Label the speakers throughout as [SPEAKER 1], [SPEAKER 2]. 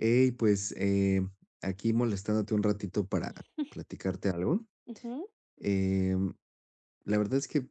[SPEAKER 1] Hey, pues aquí molestándote un ratito para platicarte algo.
[SPEAKER 2] Ujú,
[SPEAKER 1] Em, la verdad es que,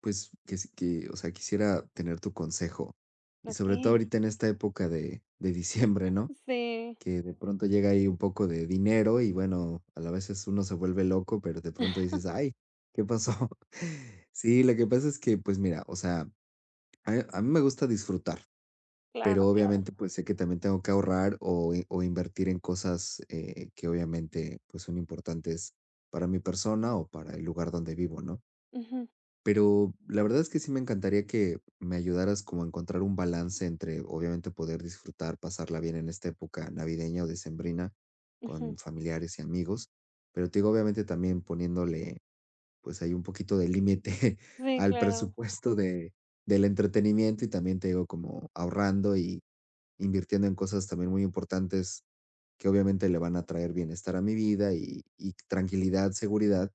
[SPEAKER 1] pues, que, si- que, o sea, quisiera tener tu consejo. Y sobre todo
[SPEAKER 2] okey.
[SPEAKER 1] ahorita en esta época de diciembre, ¿no?
[SPEAKER 2] Sí.
[SPEAKER 1] Que de pronto llega ahí un poco de dinero y bueno, a la veces uno se vuelve loco, pero de pronto dices, ay, ¿qué pasó? Sí, lo que pasa es que, pues mira, o sea, a mí me gusta disfrutar,
[SPEAKER 2] Claro,
[SPEAKER 1] pero
[SPEAKER 2] claro.
[SPEAKER 1] obviamente pues sé que también tengo que ahorrar o invertir en cosas que obviamente pues son importantes para mi persona o para el lugar donde vivo, ¿no?
[SPEAKER 2] Ujú,
[SPEAKER 1] Pero la verdad es que sí me encantaría que me ayudaras como a encontrar un balance entre obviamente poder disfrutar, pasarla bien en esta época navideña o decembrina
[SPEAKER 2] ujú.
[SPEAKER 1] con familiares y amigos, pero te digo obviamente también poniéndole pues ahí un poquito de límite
[SPEAKER 2] Sí,
[SPEAKER 1] al
[SPEAKER 2] claro.
[SPEAKER 1] presupuesto de, del entretenimiento y también te digo como ahorrando y invirtiendo en cosas también muy importantes que obviamente le van a traer bienestar a mi vida y tranquilidad, seguridad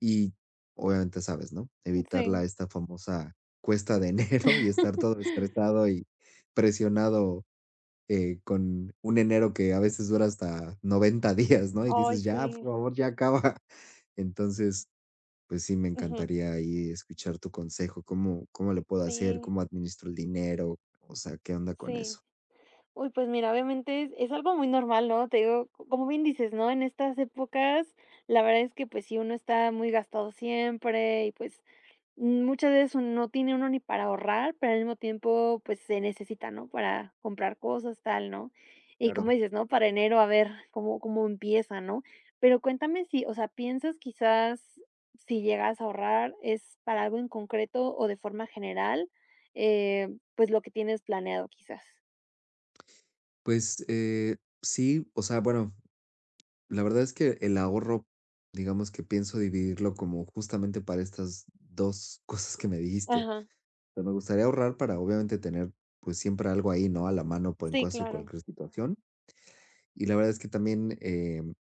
[SPEAKER 1] y obviamente sabes, ¿no? Evitar la
[SPEAKER 2] Sí.
[SPEAKER 1] esta famosa cuesta de enero y estar todo estresado y presionado, con un enero que a veces dura hasta 90 días, ¿no? Y
[SPEAKER 2] Ay,
[SPEAKER 1] dices: "Ya, por
[SPEAKER 2] sí.
[SPEAKER 1] favor, ya acaba". Entonces, pues sí, me
[SPEAKER 2] Ujú.
[SPEAKER 1] encantaría ahí escuchar tu consejo, ¿cómo le puedo hacer?
[SPEAKER 2] Sí,
[SPEAKER 1] ¿Cómo administro el dinero? O sea, ¿qué onda con
[SPEAKER 2] sí.
[SPEAKER 1] eso?
[SPEAKER 2] Uy, pues mira, obviamente es algo muy normal, ¿no? Te digo, como bien dices, ¿no? En estas épocas, la verdad es que, pues si uno está muy gastado siempre y, pues, muchas veces no tiene uno ni para ahorrar, pero al mismo tiempo, pues, se necesita, ¿no?, para comprar cosas, tal, ¿no? Y como
[SPEAKER 1] Claro.
[SPEAKER 2] dices, ¿no?, para enero a ver cómo empieza, ¿no? Pero cuéntame si, o sea, piensas quizás si llegas a ahorrar, ¿es para algo en concreto o de forma general? Eh, pues, lo que tienes planeado, quizás.
[SPEAKER 1] Pues, sí, o sea, bueno, la verdad es que el ahorro, digamos que pienso dividirlo como justamente para estas 2 cosas que me dijiste.
[SPEAKER 2] Ajá.
[SPEAKER 1] O sea, me gustaría ahorrar para, obviamente, tener, pues, siempre algo ahí, ¿no?, a la mano por en
[SPEAKER 2] Sí,
[SPEAKER 1] caso de
[SPEAKER 2] claro.
[SPEAKER 1] cualquier situación. Y la verdad es que también,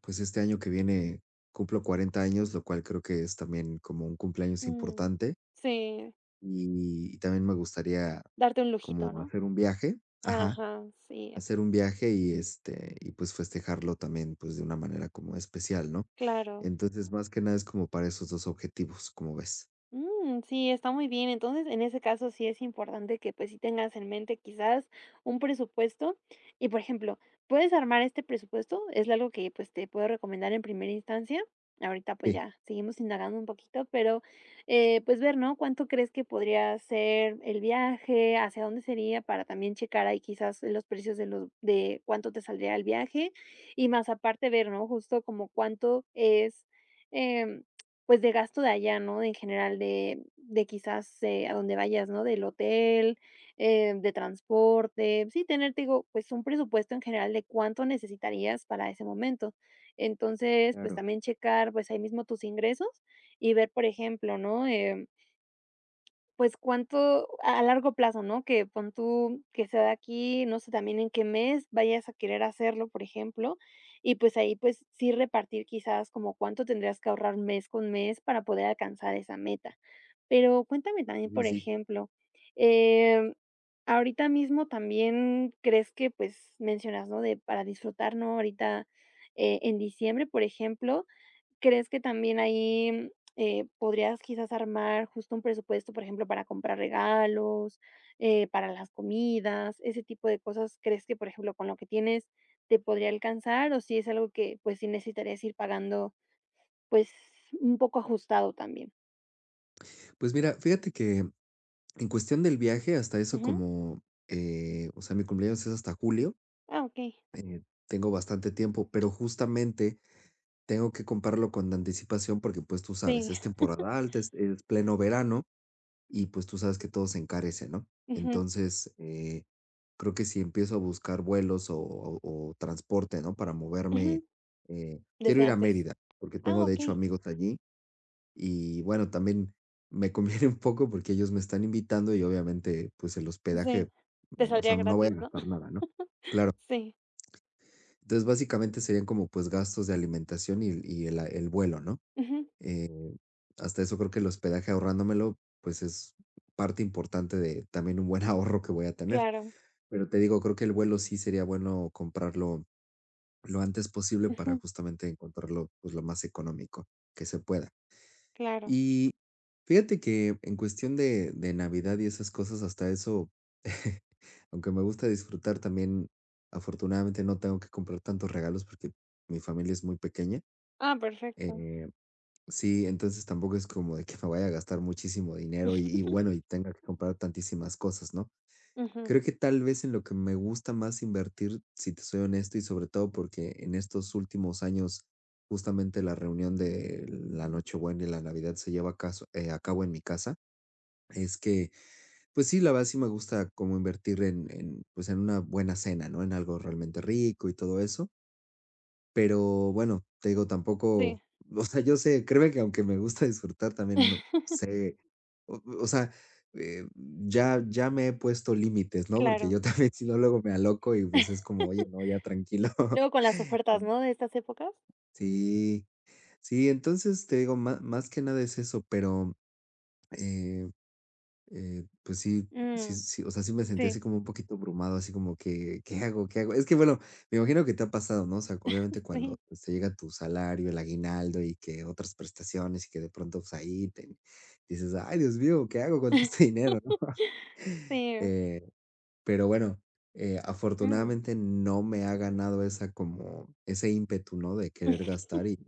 [SPEAKER 1] pues, este año que viene cumplo 40 años, lo cual creo que es también como un cumpleaños
[SPEAKER 2] Mm.
[SPEAKER 1] importante,
[SPEAKER 2] Sí,
[SPEAKER 1] y también me gustaría
[SPEAKER 2] darte un lujito,
[SPEAKER 1] como
[SPEAKER 2] ¿no?
[SPEAKER 1] hacer un viaje. Ajá.
[SPEAKER 2] Ajá, sí,
[SPEAKER 1] Hacer un viaje y, este, y pues festejarlo también, pues de una manera como especial, ¿no?
[SPEAKER 2] claro.
[SPEAKER 1] Entonces, más que nada es como para esos dos objetivos, como ves.
[SPEAKER 2] Mm, sí, está muy bien. Entonces, en ese caso sí es importante que pues sí tengas en mente quizás un presupuesto y, por ejemplo, puedes armar este presupuesto, es algo que pues te puedo recomendar en primera instancia. Ahorita pues
[SPEAKER 1] Sí.
[SPEAKER 2] ya seguimos indagando un poquito, pero pues ver, ¿no? ¿Cuánto crees que podría ser el viaje? ¿Hacia dónde sería? Para también checar ahí quizás los precios de cuánto te saldría el viaje y más aparte ver, ¿no? Justo como cuánto es em, pues, de gasto de allá, ¿no? de En general de quizás, a donde vayas, ¿no? Del hotel, de transporte. Sí, tener, te digo, pues, un presupuesto en general de cuánto necesitarías para ese momento. Entonces, pues,
[SPEAKER 1] Claro.
[SPEAKER 2] también checar, pues, ahí mismo tus ingresos y ver, por ejemplo, ¿no? Pues, cuánto a largo plazo, ¿no? Que pon tú que sea de aquí, no sé, también en qué mes vayas a querer hacerlo, por ejemplo, y, pues, ahí, pues, sí repartir quizás como cuánto tendrías que ahorrar mes con mes para poder alcanzar esa meta. Pero cuéntame también,
[SPEAKER 1] Sí,
[SPEAKER 2] por
[SPEAKER 1] sí.
[SPEAKER 2] ejemplo, em, ahorita mismo también crees que, pues, mencionas, ¿no? De para disfrutar, ¿no? Ahorita, en diciembre, por ejemplo, ¿crees que también ahí, podrías quizás armar justo un presupuesto, por ejemplo, para comprar regalos, para las comidas, ese tipo de cosas? ¿Crees que, por ejemplo, con lo que tienes te podría alcanzar o si es algo que, pues, sí necesitarías ir pagando, pues, un poco ajustado también?
[SPEAKER 1] Pues mira, fíjate que en cuestión del viaje, hasta eso
[SPEAKER 2] Ujú.
[SPEAKER 1] como, o sea, mi cumpleaños es hasta julio,
[SPEAKER 2] Ah, okey.
[SPEAKER 1] eh, tengo bastante tiempo, pero justamente tengo que comprarlo con anticipación porque pues tú sabes,
[SPEAKER 2] Sí.
[SPEAKER 1] es temporada alta, es pleno verano, y pues tú sabes que todo se encarece, ¿no?
[SPEAKER 2] Ujú,
[SPEAKER 1] Entonces, creo que si empiezo a buscar vuelos o transporte, ¿no? Para moverme,
[SPEAKER 2] ujú,
[SPEAKER 1] quiero
[SPEAKER 2] desde
[SPEAKER 1] ir a
[SPEAKER 2] antes.
[SPEAKER 1] Mérida, porque
[SPEAKER 2] Ah,
[SPEAKER 1] tengo de hecho
[SPEAKER 2] okey.
[SPEAKER 1] amigos allí y bueno, también me conviene un poco porque ellos me están invitando y obviamente pues el
[SPEAKER 2] Sí.
[SPEAKER 1] hospedaje,
[SPEAKER 2] Te
[SPEAKER 1] o
[SPEAKER 2] saldría
[SPEAKER 1] sea, no voy a
[SPEAKER 2] gratis, ¿no?
[SPEAKER 1] gastar nada, ¿no? Claro.
[SPEAKER 2] Sí.
[SPEAKER 1] Entonces, básicamente serían como pues gastos de alimentación y el vuelo, ¿no?
[SPEAKER 2] Ujú,
[SPEAKER 1] Eh, hasta eso creo que el hospedaje ahorrándomelo, pues es parte importante de también un buen ahorro que voy a tener.
[SPEAKER 2] claro.
[SPEAKER 1] Pero te digo, creo que el vuelo sí sería bueno comprarlo lo antes posible para
[SPEAKER 2] Ujú,
[SPEAKER 1] justamente encontrarlo pues lo más económico que se pueda.
[SPEAKER 2] claro.
[SPEAKER 1] Y fíjate que en cuestión de Navidad y esas cosas, hasta eso, aunque me gusta disfrutar también, afortunadamente no tengo que comprar tantos regalos porque mi familia es muy pequeña.
[SPEAKER 2] Ah, perfecto.
[SPEAKER 1] eh, Sí, entonces tampoco es como de que me vaya a gastar muchísimo dinero y bueno, y tenga que comprar tantísimas cosas, ¿no?
[SPEAKER 2] Ujú,
[SPEAKER 1] Creo que tal vez en lo que me gusta más invertir, si te soy honesto, y sobre todo porque en estos últimos años, justamente la reunión de la Nochebuena y la Navidad se lleva a cabo en mi casa, es que, pues sí, la verdad sí me gusta como invertir en, pues en una buena cena, ¿no? En algo realmente rico y todo eso pero bueno, te digo,
[SPEAKER 2] sí.
[SPEAKER 1] tampoco, o sea, yo sé, créeme que aunque me gusta disfrutar, también no sé, o sea, ya me he puesto límites, ¿no? Porque
[SPEAKER 2] Claro.
[SPEAKER 1] yo también, si no, luego me aloco y, pues, es como: "Oye, no, ya tranquilo".
[SPEAKER 2] Luego con las ofertas, ¿no?, de estas épocas.
[SPEAKER 1] Sí, sí, entonces, te digo, má más que nada es eso, pero, eh pues sí, sí,
[SPEAKER 2] Mm,
[SPEAKER 1] sí, o sea, sí me sentí
[SPEAKER 2] sí,
[SPEAKER 1] así como un poquito abrumado, así como que, ¿qué hago? ¿Qué hago? Es que bueno, me imagino que te ha pasado, ¿no? O sea, obviamente
[SPEAKER 2] sí,
[SPEAKER 1] cuando pues, te llega tu salario, el aguinaldo y que otras prestaciones y que de pronto pues ahí te dices, ay, Dios mío, ¿qué hago con todo este dinero? ¿No?
[SPEAKER 2] sí,
[SPEAKER 1] Eh, pero bueno,
[SPEAKER 2] mm,
[SPEAKER 1] afortunadamente no me ha ganado esa como ese ímpetu, ¿no? De querer gastar y,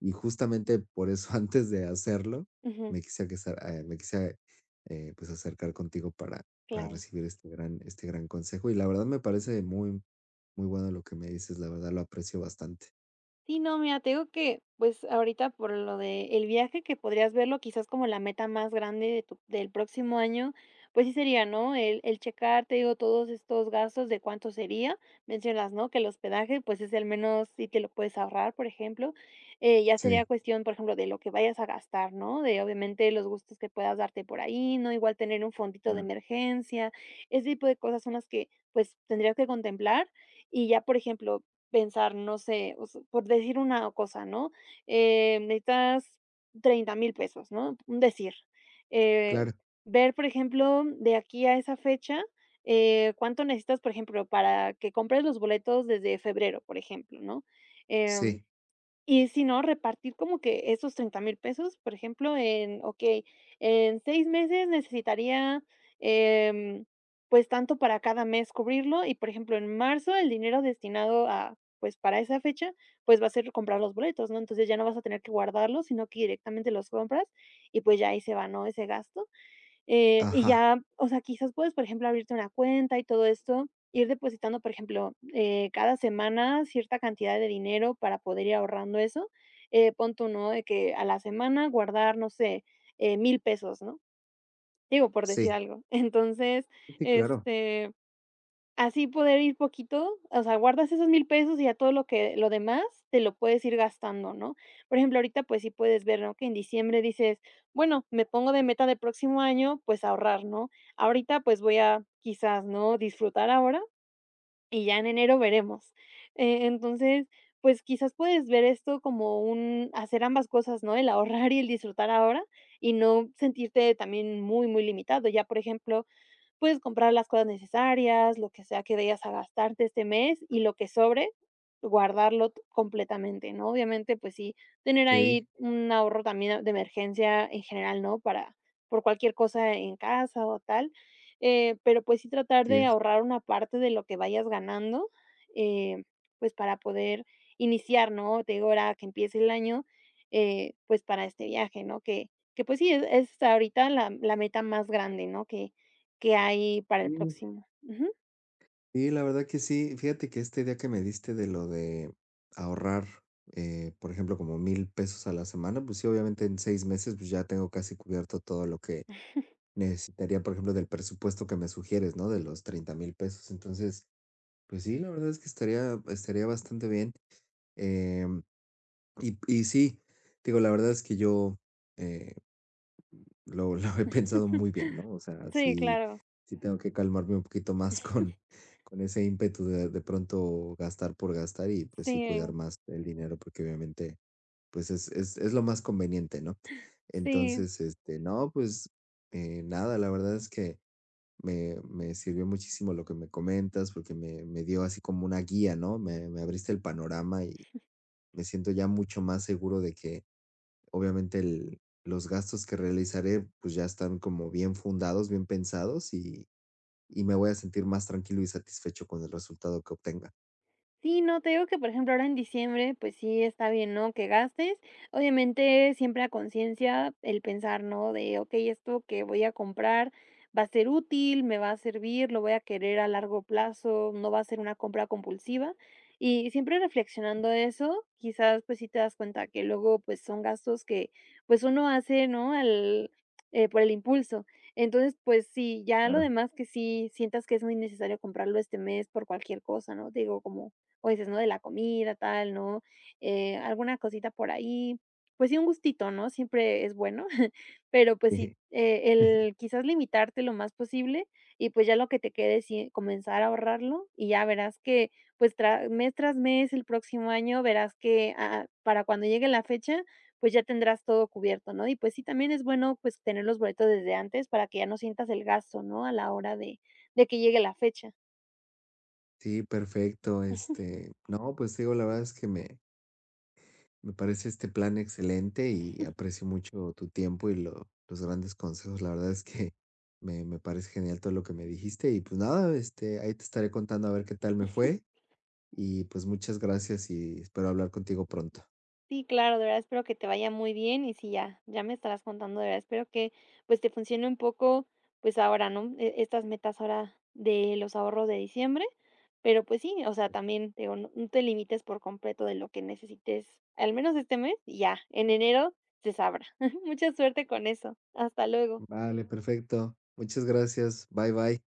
[SPEAKER 1] y justamente por eso antes de hacerlo
[SPEAKER 2] ujú,
[SPEAKER 1] me quise, pues acercar contigo para
[SPEAKER 2] claro.
[SPEAKER 1] recibir este gran consejo y la verdad me parece muy, muy bueno lo que me dices, la verdad lo aprecio bastante.
[SPEAKER 2] Sí, no, mira, te digo que, pues, ahorita por lo de el viaje, que podrías verlo quizás como la meta más grande de tu del próximo año, pues sí sería, ¿no? El checar, te digo, todos estos gastos de cuánto sería. Mencionas, ¿no? Que el hospedaje, pues, es el menos, si te lo puedes ahorrar, por ejemplo. Ya sería
[SPEAKER 1] Sí,
[SPEAKER 2] cuestión, por ejemplo, de lo que vayas a gastar, ¿no? De, obviamente, los gustos que puedas darte por ahí, ¿no? Igual tener un fondito de
[SPEAKER 1] claro,
[SPEAKER 2] emergencia. Ese tipo de cosas son las que, pues, tendrías que contemplar. Y ya, por ejemplo, pensar, no sé, o sea, por decir una cosa, ¿no? Necesitas 30,000 pesos, ¿no? Un decir. Eh,
[SPEAKER 1] claro,
[SPEAKER 2] Ver, por ejemplo, de aquí a esa fecha, cuánto necesitas, por ejemplo, para que compres los boletos desde febrero, por ejemplo, ¿no? Em,
[SPEAKER 1] sí,
[SPEAKER 2] y si no, repartir como que esos 30,000 pesos, por ejemplo, en, okey, en 6 meses necesitaría, em, pues, tanto para cada mes cubrirlo y, por ejemplo, en marzo el dinero destinado a, pues, para esa fecha, pues, va a ser comprar los boletos, ¿no? Entonces, ya no vas a tener que guardarlos, sino que directamente los compras y, pues, ya ahí se va, ¿no?, ese gasto. Y
[SPEAKER 1] ajá,
[SPEAKER 2] ya, o sea, quizás puedes, por ejemplo, abrirte una cuenta y todo esto, ir depositando, por ejemplo, cada semana cierta cantidad de dinero para poder ir ahorrando eso. Pon tú, ¿no? De que a la semana guardar, no sé, 1000 pesos, ¿no? Digo, por decir
[SPEAKER 1] sí,
[SPEAKER 2] algo. Entonces,
[SPEAKER 1] sí, claro,
[SPEAKER 2] este, así poder ir poquito, o sea, guardas esos 1000 pesos y ya todo lo demás te lo puedes ir gastando, ¿no? Por ejemplo, ahorita, pues sí puedes ver, ¿no? Que en diciembre dices: "Bueno, me pongo de meta de próximo año, pues ahorrar", ¿no? Ahorita, pues voy a quizás, ¿no? Disfrutar ahora y ya en enero veremos. Entonces, pues quizás puedes ver esto como un hacer ambas cosas, ¿no? El ahorrar y el disfrutar ahora y no sentirte también muy, muy limitado. Ya, por ejemplo, puedes comprar las cosas necesarias, lo que sea que vayas a gastarte este mes y lo que sobre, guardarlo completamente, ¿no? Obviamente, pues sí, tener
[SPEAKER 1] ok,
[SPEAKER 2] ahí un ahorro también de emergencia en general, ¿no? Para por cualquier cosa en casa o tal. Pero pues sí tratar
[SPEAKER 1] así
[SPEAKER 2] de
[SPEAKER 1] es.
[SPEAKER 2] ahorrar una parte de lo que vayas ganando, eh, pues para poder iniciar, ¿no? Te digo, ahora que empiece el año, pues para este viaje, ¿no? Que pues sí, es ahorita la meta más grande, ¿no? Que hay para el próximo. Ujú.
[SPEAKER 1] Sí, la verdad que sí. Fíjate que esta idea que me diste de lo de ahorrar, por ejemplo, como 1,000 pesos a la semana, pues sí, obviamente en 6 meses pues ya tengo casi cubierto todo lo que necesitaría, por ejemplo, del presupuesto que me sugieres, ¿no? De los 30,000 pesos. Entonces, pues sí, la verdad es que estaría bastante bien. Em, y sí, digo, la verdad es que yo, eh, lo he pensado muy bien, ¿no? O sea,
[SPEAKER 2] Sí,
[SPEAKER 1] sí
[SPEAKER 2] claro.
[SPEAKER 1] sí tengo que calmarme un poquito más con ese ímpetu de pronto gastar por gastar y, pues, sí cuidar
[SPEAKER 2] Sí,
[SPEAKER 1] más el dinero, porque obviamente, pues, es lo más conveniente, ¿no?
[SPEAKER 2] sí.
[SPEAKER 1] Entonces, este, no, pues, nada, la verdad es que me sirvió muchísimo lo que me comentas, porque me dio así como una guía, ¿no? Me abriste el panorama y me siento ya mucho más seguro de que obviamente, el los gastos que realizaré, pues, ya están como bien fundados, bien pensados, y me voy a sentir más tranquilo y satisfecho con el resultado que obtenga.
[SPEAKER 2] Sí, no, te digo que, por ejemplo, ahora en diciembre, pues sí está bien, ¿no?, que gastes. Obviamente, siempre a conciencia el pensar, ¿no?, de: "Okey, esto que voy a comprar va a ser útil, me va a servir, lo voy a querer a largo plazo, no va a ser una compra compulsiva". Y siempre reflexionando eso, quizás, pues sí te das cuenta que luego, pues, son gastos que, pues, uno hace, ¿no?, al por el impulso. Entonces, pues sí, ya lo
[SPEAKER 1] Claro.
[SPEAKER 2] demás que sí sientas que es muy necesario comprarlo este mes por cualquier cosa, ¿no? Te digo, como o dices, ¿no? De la comida, tal, ¿no? Alguna cosita por ahí. Pues sí, un gustito, ¿no? Siempre es bueno, pero pues sí,
[SPEAKER 1] Sí,
[SPEAKER 2] el quizás limitarte lo más posible y pues ya lo que te quede, sí, comenzar a ahorrarlo y ya verás que pues mes tras mes, el próximo año, verás que para cuando llegue la fecha, pues ya tendrás todo cubierto, ¿no? Y pues sí, también es bueno pues tener los boletos desde antes para que ya no sientas el gasto, ¿no? A la hora de que llegue la fecha.
[SPEAKER 1] sí, perfecto, este, no, pues, digo, la verdad es que me parece este plan excelente y aprecio mucho tu tiempo y lo los grandes consejos. La verdad es que me parece genial todo lo que me dijiste y, pues, nada, este, ahí te estaré contando a ver qué tal me fue y, pues, muchas gracias y espero hablar contigo pronto.
[SPEAKER 2] Sí, claro, de verdad espero que te vaya muy bien y sí, ya, ya me estarás contando, de verdad espero que pues te funcione un poco pues ahora, ¿no? Estas metas ahora de los ahorros de diciembre, pero pues sí, o sea, también te digo, no, no te limites por completo de lo que necesites, al menos este mes, y ya, en enero se sabrá. Mucha suerte con eso. Hasta luego.
[SPEAKER 1] Vale, perfecto. Muchas gracias. Bye, bye.